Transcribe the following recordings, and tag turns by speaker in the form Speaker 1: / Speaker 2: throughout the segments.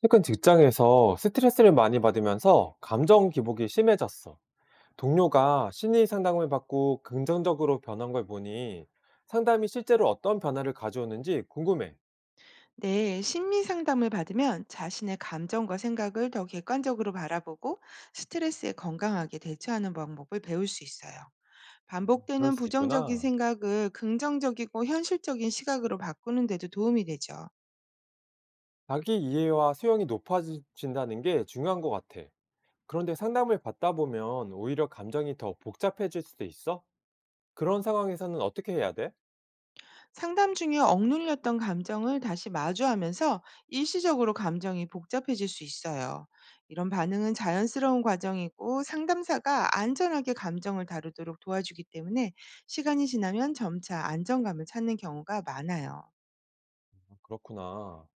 Speaker 1: 최근 직장에서 스트레스를 많이 받으면서 감정 기복이 심해졌어. 동료가 심리 상담을 받고 긍정적으로 변한 걸 보니 상담이 실제로 어떤 변화를 가져오는지 궁금해.
Speaker 2: 네, 심리 상담을 받으면 자신의 감정과 생각을 더 객관적으로 바라보고 스트레스에 건강하게 대처하는 방법을 배울 수 있어요.
Speaker 1: 그럴
Speaker 2: 반복되는
Speaker 1: 수
Speaker 2: 부정적인
Speaker 1: 있구나.
Speaker 2: 생각을 긍정적이고 현실적인 시각으로 바꾸는 데도 도움이 되죠.
Speaker 1: 자기 이해와 수용이 높아진다는 게 중요한 것 같아. 그런데 상담을 받다 보면 오히려 감정이 더 복잡해질 수도 있어? 그런 상황에서는 어떻게 해야 돼?
Speaker 2: 상담 중에 억눌렸던 감정을 다시 마주하면서 일시적으로 감정이 복잡해질 수 있어요. 이런 반응은 자연스러운 과정이고, 상담사가 안전하게 감정을 다루도록 도와주기 때문에 시간이 지나면 점차 안정감을 찾는 경우가 많아요.
Speaker 1: 아, 그렇구나.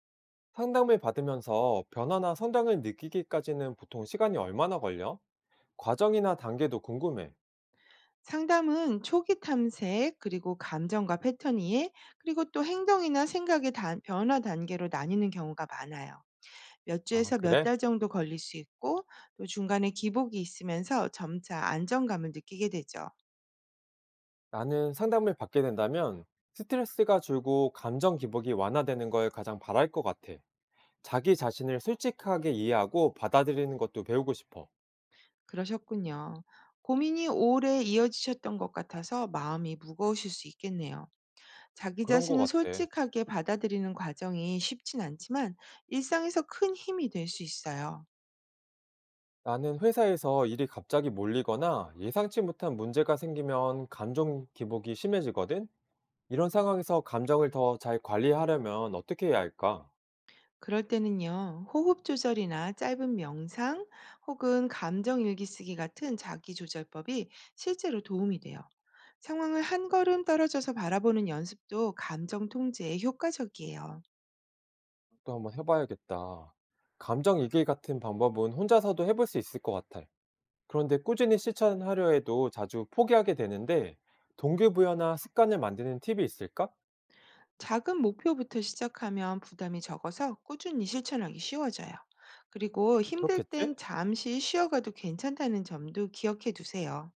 Speaker 1: 상담을 받으면서 변화나 성장을 느끼기까지는 보통 시간이 얼마나 걸려? 과정이나 단계도 궁금해.
Speaker 2: 상담은 초기 탐색, 그리고 감정과 패턴 이해, 그리고 또 행동이나 생각의 변화 단계로 나뉘는 경우가 많아요. 몇
Speaker 1: 아,
Speaker 2: 주에서 몇
Speaker 1: 그래?
Speaker 2: 달 정도 걸릴 수 있고, 또 중간에 기복이 있으면서 점차 안정감을 느끼게 되죠.
Speaker 1: 나는 상담을 받게 된다면 스트레스가 줄고 감정 기복이 완화되는 걸 가장 바랄 것 같아. 자기 자신을 솔직하게 이해하고 받아들이는 것도 배우고 싶어.
Speaker 2: 그러셨군요. 고민이 오래 이어지셨던 것 같아서 마음이 무거우실 수 있겠네요. 자기
Speaker 1: 그런 것
Speaker 2: 자신을
Speaker 1: 같아.
Speaker 2: 솔직하게 받아들이는 과정이 쉽진 않지만, 일상에서 큰 힘이 될 수 있어요.
Speaker 1: 나는 회사에서 일이 갑자기 몰리거나 예상치 못한 문제가 생기면 감정 기복이 심해지거든? 이런 상황에서 감정을 더 잘 관리하려면 어떻게 해야 할까?
Speaker 2: 그럴 때는요, 호흡 조절이나 짧은 명상, 혹은 감정 일기 쓰기 같은 자기 조절법이 실제로 도움이 돼요. 상황을 한 걸음 떨어져서 바라보는 연습도 감정 통제에 효과적이에요.
Speaker 1: 또 한번 해봐야겠다. 감정 이길 같은 방법은 혼자서도 해볼 수 있을 것 같아. 그런데 꾸준히 실천하려 해도 자주 포기하게 되는데 동기부여나 습관을 만드는 팁이 있을까?
Speaker 2: 작은 목표부터 시작하면 부담이 적어서 꾸준히 실천하기 쉬워져요. 그리고 힘들
Speaker 1: 그렇겠지?
Speaker 2: 땐 잠시 쉬어가도 괜찮다는 점도 기억해 두세요.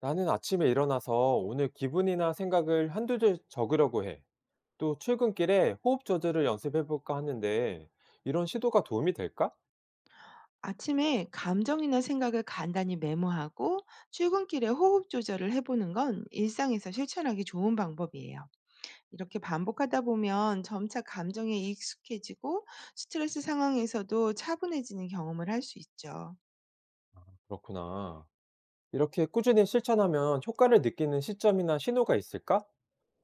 Speaker 1: 나는 아침에 일어나서 오늘 기분이나 생각을 한두 줄 적으려고 해. 또 출근길에 호흡 조절을 연습해볼까 하는데 이런 시도가 도움이 될까?
Speaker 2: 아침에 감정이나 생각을 간단히 메모하고, 출근길에 호흡 조절을 해보는 건 일상에서 실천하기 좋은 방법이에요. 이렇게 반복하다 보면 점차 감정에 익숙해지고, 스트레스 상황에서도 차분해지는 경험을 할 수 있죠.
Speaker 1: 그렇구나. 이렇게 꾸준히 실천하면 효과를 느끼는 시점이나 신호가 있을까?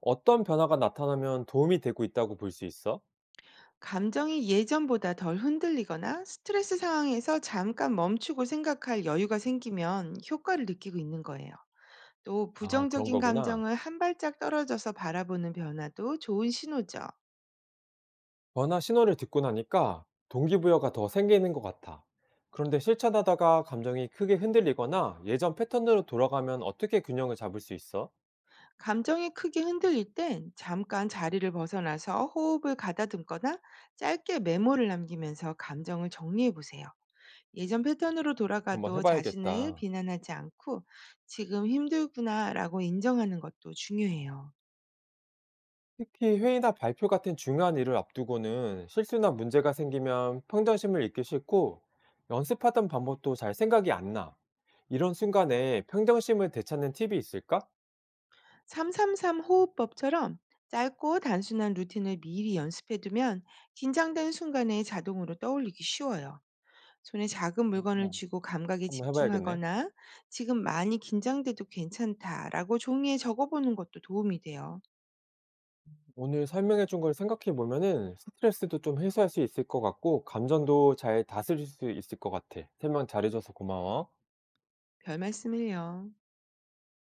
Speaker 1: 어떤 변화가 나타나면 도움이 되고 있다고 볼 수 있어?
Speaker 2: 감정이 예전보다 덜 흔들리거나 스트레스 상황에서 잠깐 멈추고 생각할 여유가 생기면 효과를 느끼고 있는 거예요. 또
Speaker 1: 아, 그런
Speaker 2: 부정적인
Speaker 1: 거구나.
Speaker 2: 감정을 한 발짝 떨어져서 바라보는 변화도 좋은 신호죠.
Speaker 1: 변화 신호를 듣고 나니까 동기부여가 더 생기는 것 같아. 그런데 실천하다가 감정이 크게 흔들리거나 예전 패턴으로 돌아가면 어떻게 균형을 잡을 수 있어?
Speaker 2: 감정이 크게 흔들릴 땐 잠깐 자리를 벗어나서 호흡을 가다듬거나 짧게 메모를 남기면서 감정을 정리해 보세요. 예전 패턴으로
Speaker 1: 이렇게 한번
Speaker 2: 돌아가도 자신을
Speaker 1: 해봐야겠다.
Speaker 2: 비난하지 않고 지금 힘들구나라고 인정하는 것도 중요해요.
Speaker 1: 특히 회의나 발표 같은 중요한 일을 앞두고는 실수나 문제가 생기면 평정심을 잃기 싫고 연습하던 방법도 잘 생각이 안 나. 이런 순간에 평정심을 되찾는 팁이 있을까?
Speaker 2: 333 호흡법처럼 짧고 단순한 루틴을 미리 연습해 두면 긴장된 순간에 자동으로 떠올리기 쉬워요. 손에 작은 물건을
Speaker 1: 어,
Speaker 2: 쥐고 감각에
Speaker 1: 한번 해봐야겠네.
Speaker 2: 집중하거나, 지금 많이 긴장돼도 괜찮다라고 종이에 적어보는 것도 도움이 돼요.
Speaker 1: 오늘 설명해 준 걸 생각해 보면은 스트레스도 좀 해소할 수 있을 것 같고 감정도 잘 다스릴 수 있을 것 같아. 설명 잘해줘서 고마워.
Speaker 2: 별 말씀을요.